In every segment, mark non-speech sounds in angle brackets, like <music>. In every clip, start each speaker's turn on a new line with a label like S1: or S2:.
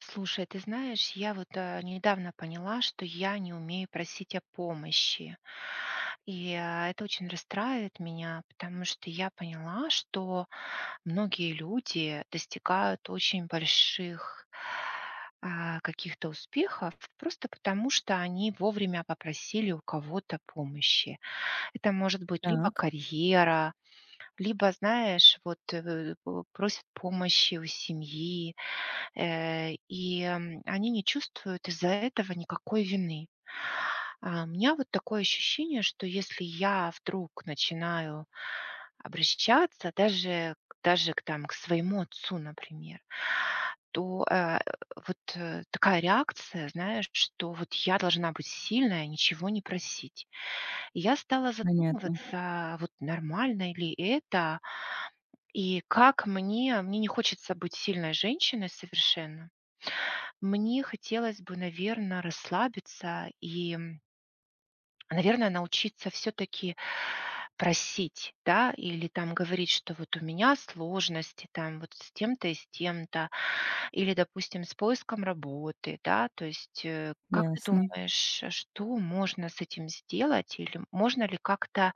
S1: Слушай, ты знаешь, я вот недавно поняла, что я не умею просить о помощи. Это очень расстраивает меня, потому что я поняла, что многие люди достигают очень больших каких-то успехов просто потому, что они вовремя попросили у кого-то помощи. Это может быть либо
S2: Так,
S1: карьера, либо, знаешь, просят помощи у семьи. Они не чувствуют из-за этого никакой вины. А у меня вот такое ощущение, что если я вдруг начинаю обращаться даже к там к своему отцу, например, то такая реакция, знаешь, что вот я должна быть сильная, ничего не просить. И я стала
S2: понятно,
S1: задумываться, вот нормально ли это, и как мне не хочется быть сильной женщиной совершенно. Мне хотелось бы, наверное, расслабиться и, наверное, научиться все таки просить, да, или там говорить, что вот у меня сложности там вот с тем-то и с тем-то, или, допустим, с поиском работы, да. То есть, как ты
S2: ясно.
S1: думаешь, что можно с этим сделать? Или можно ли как-то,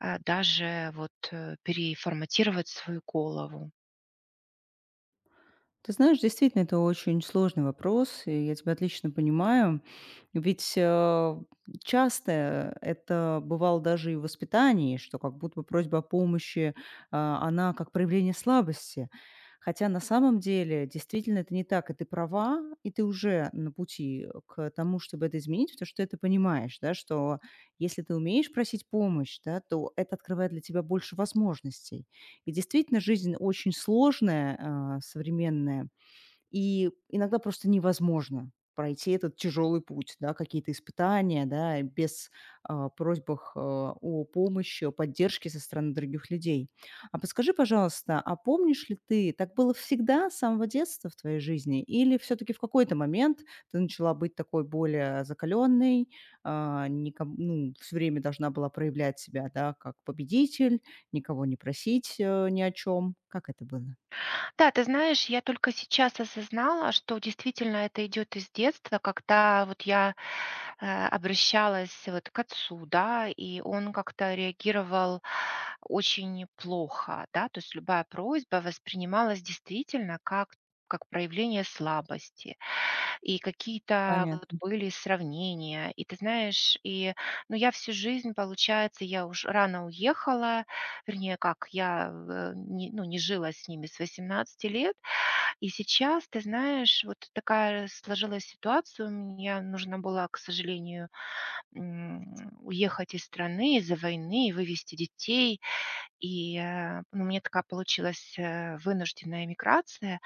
S1: переформатировать свою голову?
S2: Ты знаешь, действительно, это очень сложный вопрос, и я тебя отлично понимаю. Ведь, часто это бывало даже и в воспитании, что как будто бы просьба о помощи, она как проявление слабости. Хотя на самом деле действительно это не так, и ты права, и ты уже на пути к тому, чтобы это изменить, потому что ты это понимаешь, да, что если ты умеешь просить помощь, да, то это открывает для тебя больше возможностей. И действительно, жизнь очень сложная, современная. И иногда просто невозможно пройти этот тяжелый путь, да, какие-то испытания, да, без просьбах о помощи, о поддержке со стороны других людей. А подскажи, пожалуйста, а помнишь ли ты, так было всегда с самого детства в твоей жизни, или все-таки в какой-то момент ты начала быть такой более закаленной, ну, все время должна была проявлять себя, да, как победитель, никого не просить ни о чем? Как это было?
S1: Да, ты знаешь, я только сейчас осознала, что действительно это идет из детства, когда вот я обращалась вот к отцу, да, и он как-то реагировал очень плохо, да, то есть любая просьба воспринималась действительно как проявление слабости. И какие-то вот
S2: Понятно,
S1: были сравнения. И ты знаешь, и, ну, я всю жизнь, получается, я уж рано уехала, вернее, как, я не жила с ними с 18 лет. И сейчас, ты знаешь, вот такая сложилась ситуация. У меня нужно было, к сожалению, уехать из страны из-за войны, и вывести детей. У меня такая получилась вынужденная миграция.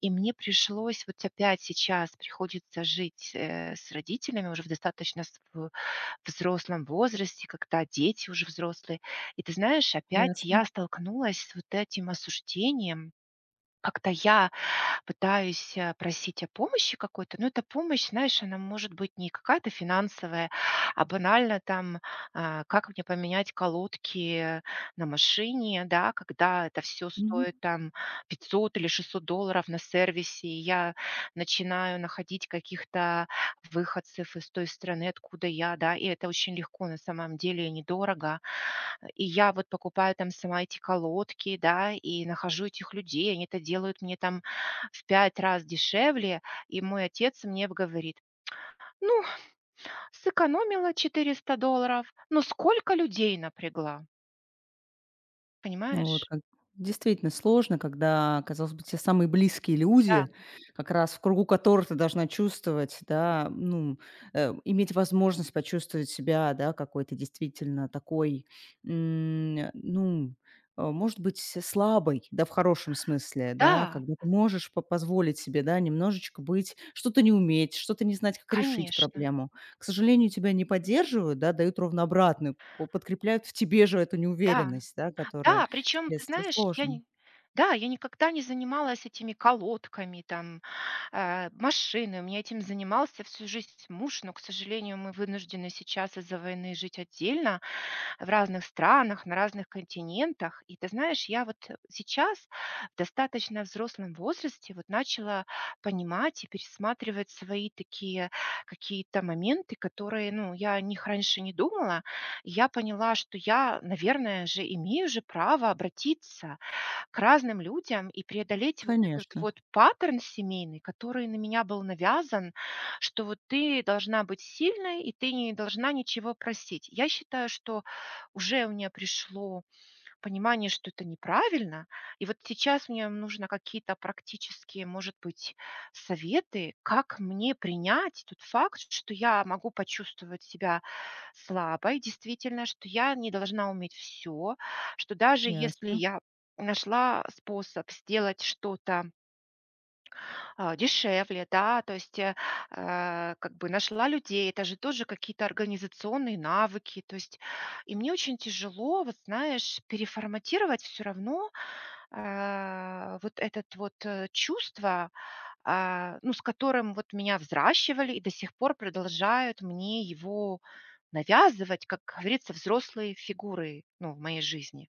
S1: И мне пришлось вот опять сейчас приходится жить, с родителями уже в достаточно с в взрослом возрасте, когда дети уже взрослые. И ты знаешь, опять
S2: ясно.
S1: я столкнулась с вот этим осуждением. Как-то я пытаюсь, просить о помощи какой-то, но эта помощь, знаешь, она может быть не какая-то финансовая, а банально там, как мне поменять колодки на машине, да, когда это все стоит там 500 или $600 на сервисе, и я начинаю находить каких-то выходцев из той страны, откуда я, да, и это очень легко на самом деле и недорого. И я вот покупаю там сама эти колодки, да, и нахожу этих людей, они это делают мне там в 5 раз дешевле. И мой отец мне в говорит: "Ну, сэкономила $400, но сколько людей напрягла".
S2: Вот
S1: Понимаешь?
S2: как действительно сложно, когда, казалось бы, те самые близкие
S1: Да,
S2: люди, как раз в кругу которых ты должна чувствовать, да, ну, иметь возможность почувствовать себя, да, какой-то действительно такой, ну, может быть, слабой, да, в хорошем смысле, да,
S1: да,
S2: когда ты можешь позволить себе, да, немножечко быть, что-то не уметь, что-то не знать, как решить
S1: конечно,
S2: проблему. К сожалению, тебя не поддерживают, да, дают ровно обратную, подкрепляют в тебе же эту
S1: да,
S2: неуверенность, да, которая.
S1: да. Причем, ты
S2: Детства
S1: знаешь,
S2: сложно.
S1: я никогда не занималась этими колодками там, машины. У меня этим занимался всю жизнь муж, но, к сожалению, мы вынуждены сейчас из-за войны жить отдельно, в разных странах, на разных континентах. И ты знаешь, я вот сейчас в достаточно взрослом возрасте вот начала понимать и пересматривать свои такие какие-то моменты, которые, ну, я о них раньше не думала. И я поняла, что я, наверное же, имею же право обратиться к разным людям и преодолеть вот этот
S2: Конечно,
S1: вот паттерн семейный, который на меня был навязан, что вот ты должна быть сильной, и ты не должна ничего просить. Я считаю, что уже у меня пришло понимание, что это неправильно. И вот сейчас мне нужно какие-то практические, может быть, советы, как мне принять тот факт, что я могу почувствовать себя слабой, действительно, что я не должна уметь все, что даже если
S2: ясно.
S1: я нашла способ сделать что-то дешевле, да, то есть, как бы нашла людей. Это же тоже какие-то организационные навыки. То есть, и мне очень тяжело, вот знаешь, переформатировать все равно, чувство, ну, с которым вот меня взращивали и до сих пор продолжают мне его навязывать, как говорится, взрослые фигуры, ну, в моей жизни.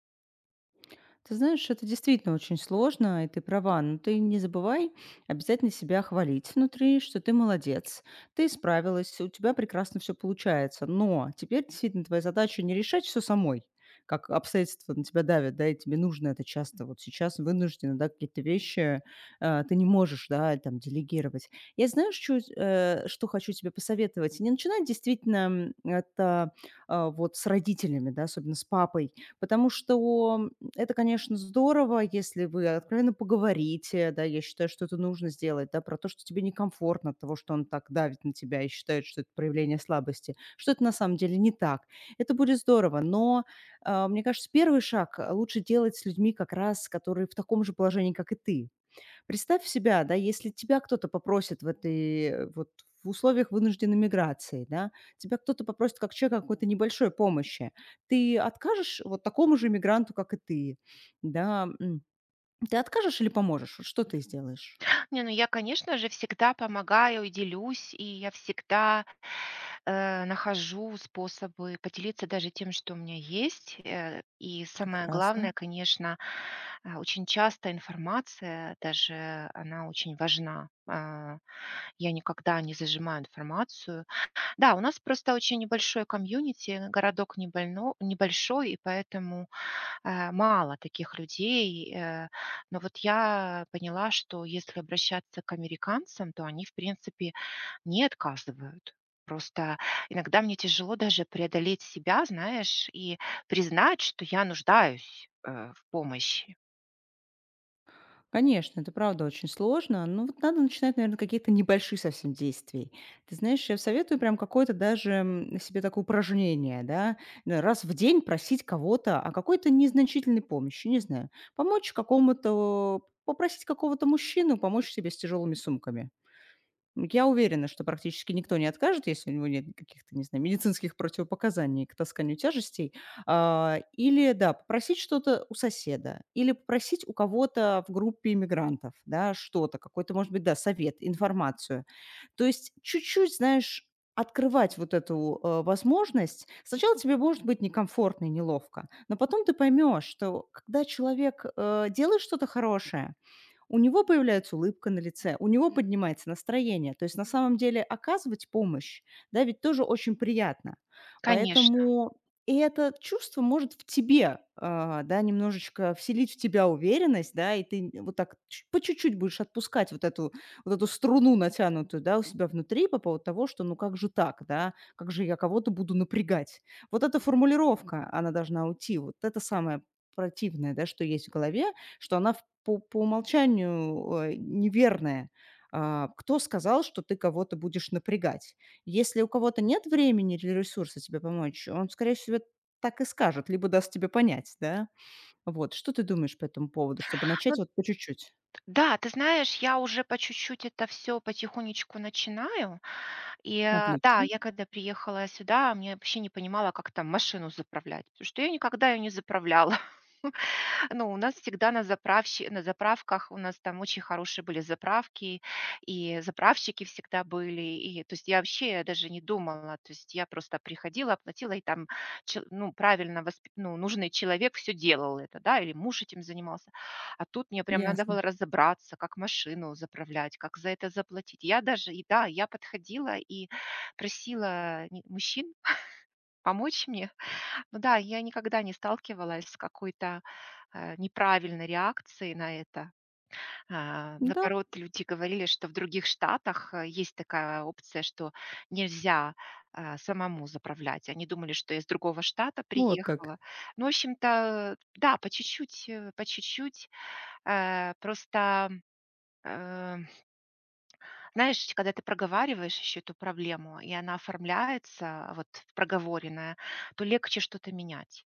S2: Ты знаешь, это действительно очень сложно, и ты права. Но ты не забывай обязательно себя хвалить внутри, что ты молодец, ты справилась, у тебя прекрасно все получается. Но теперь действительно твоя задача не решать все самой, как обстоятельства на тебя давят, да, и тебе нужно это часто. Вот сейчас вынуждены, да, какие-то вещи ты не можешь, да, там, делегировать. Я знаю, что хочу тебе посоветовать. Не начинай действительно это вот с родителями, да, особенно с папой, потому что это, конечно, здорово, если вы откровенно поговорите, да, я считаю, что это нужно сделать, да, про то, что тебе некомфортно от того, что он так давит на тебя и считает, что это проявление слабости, что это на самом деле не так. Это будет здорово, но, мне кажется, первый шаг, лучше делать с людьми как раз, которые в таком же положении, как и ты. Представь себя, да, если тебя кто-то попросит в этой, вот в условиях вынужденной миграции, да, тебя кто-то попросит как человека какой-то небольшой помощи, ты откажешь вот такому же мигранту, как и ты, да, ты откажешь или поможешь? Вот что ты сделаешь?
S1: Не, ну я, конечно же, всегда помогаю и делюсь, и я всегда, нахожу способы поделиться даже тем, что у меня есть. И самое
S2: Прекрасно.
S1: главное, конечно, очень часто информация, даже она очень важна. Я никогда не зажимаю информацию. Да, у нас просто очень небольшой комьюнити, городок небольно небольшой, и поэтому мало таких людей. Но вот я поняла, что если обращаться к американцам, то они, в принципе, не отказывают. Просто иногда мне тяжело даже преодолеть себя, знаешь, и признать, что я нуждаюсь в помощи.
S2: Конечно, это правда очень сложно. Но вот надо начинать, наверное, какие то небольшие совсем действий. Ты знаешь, я советую прям какое-то даже себе такое упражнение, да, раз в день просить кого-то о какой-то незначительной помощи, не знаю, помочь какому-то попросить какого-то мужчину помочь себе с тяжелыми сумками. Я уверена, что практически никто не откажет, если у него нет каких-то, не знаю, медицинских противопоказаний к тасканию тяжестей. А, или, да, попросить что-то у соседа, или попросить у кого-то в группе иммигрантов, да, что-то, какой-то, может быть, да, совет, информацию. То есть чуть-чуть, знаешь, открывать вот эту возможность. Сначала тебе может быть некомфортно и неловко, но потом ты поймешь, что когда человек делает что-то хорошее, у него появляется улыбка на лице, у него поднимается настроение. То есть на самом деле оказывать помощь, да, ведь тоже очень приятно.
S1: Конечно.
S2: Поэтому и это чувство может в тебе, да, немножечко вселить в тебя уверенность, да, и ты вот так по чуть-чуть будешь отпускать вот эту струну натянутую, да, у себя внутри по поводу того, что ну как же так, да, как же я кого-то буду напрягать. Вот эта формулировка, она должна уйти, вот это самое противное, да, что есть в голове, что она в по умолчанию, неверное. А, кто сказал, что ты кого-то будешь напрягать? Если у кого-то нет времени или ресурса тебе помочь, он, скорее всего, так и скажет, либо даст тебе понять, да. Вот, что ты думаешь по этому поводу, чтобы
S1: Ну,
S2: начать
S1: д-
S2: вот по чуть-чуть?
S1: да, ты знаешь, я уже по чуть-чуть это все потихонечку начинаю.
S2: Отлично,
S1: Да, я когда приехала сюда, мне вообще не понимала, как там машину заправлять, потому что я никогда ее не заправляла. <laughs> Ну, у нас всегда на заправках, у нас там очень хорошие были заправки, и заправщики всегда были. И, то есть я вообще даже не думала, то есть я просто приходила, оплатила, и там, че ну, правильно, восп ну, нужный человек все делал это, да, или муж этим занимался. А тут мне прям надо
S2: ясно.
S1: было разобраться, как машину заправлять, как за это заплатить. Я даже, и Да, я подходила и просила мужчин помочь мне. <laughs> Ну да, я никогда не сталкивалась с какой-то неправильной реакцией на это.
S2: Да,
S1: Наоборот, люди говорили, что в других штатах есть такая опция, что нельзя самому заправлять. Они думали, что я из другого штата
S2: вот как.
S1: приехала. Ну, в общем-то, да, по чуть-чуть, по чуть-чуть. э, Просто Э, Знаешь, когда ты проговариваешь еще эту проблему, и она оформляется, вот проговоренная, то легче что-то менять.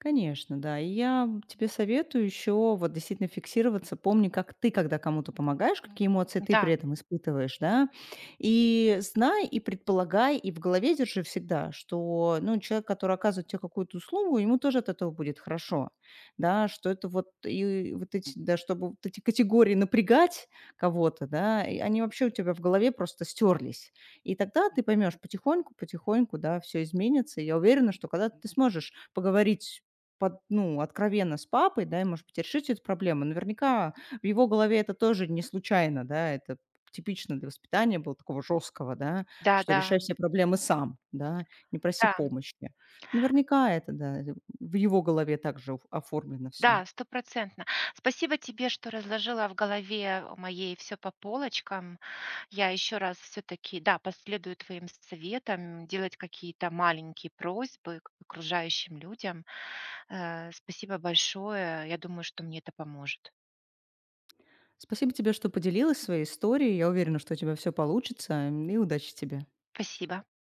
S2: Конечно, да. И я, тебе советую еще вот действительно фиксироваться. Помни, как ты, когда кому-то помогаешь, какие эмоции ты
S1: Да,
S2: при этом испытываешь, да. И знай, и предполагай, и в голове держи всегда, что, ну, человек, который оказывает тебе какую-то услугу, ему тоже от этого будет хорошо, да, что это вот, и вот эти, да, чтобы вот эти категории напрягать кого-то, да, и они вообще у тебя в голове просто стерлись. И тогда ты поймешь потихоньку, потихоньку, да, все изменится. И я уверена, что когда ты сможешь поговорить под ну, откровенно с папой, да, и, может быть, решить эту проблему. Наверняка в его голове это тоже не случайно, да, это типично для воспитания было такого жесткого, да,
S1: да,
S2: что решай
S1: да,
S2: все проблемы сам, да, не проси
S1: да,
S2: помощи. Наверняка это, да, в его голове также оф оформлено все.
S1: да, стопроцентно. Спасибо тебе, что разложила в голове моей все по полочкам. Я еще раз все-таки, да, последую твоим советам, делать какие-то маленькие просьбы к окружающим людям. Спасибо большое. Я думаю, что мне это поможет.
S2: Спасибо тебе, что поделилась своей историей. Я уверена, что у тебя все получится, и удачи тебе.
S1: Спасибо.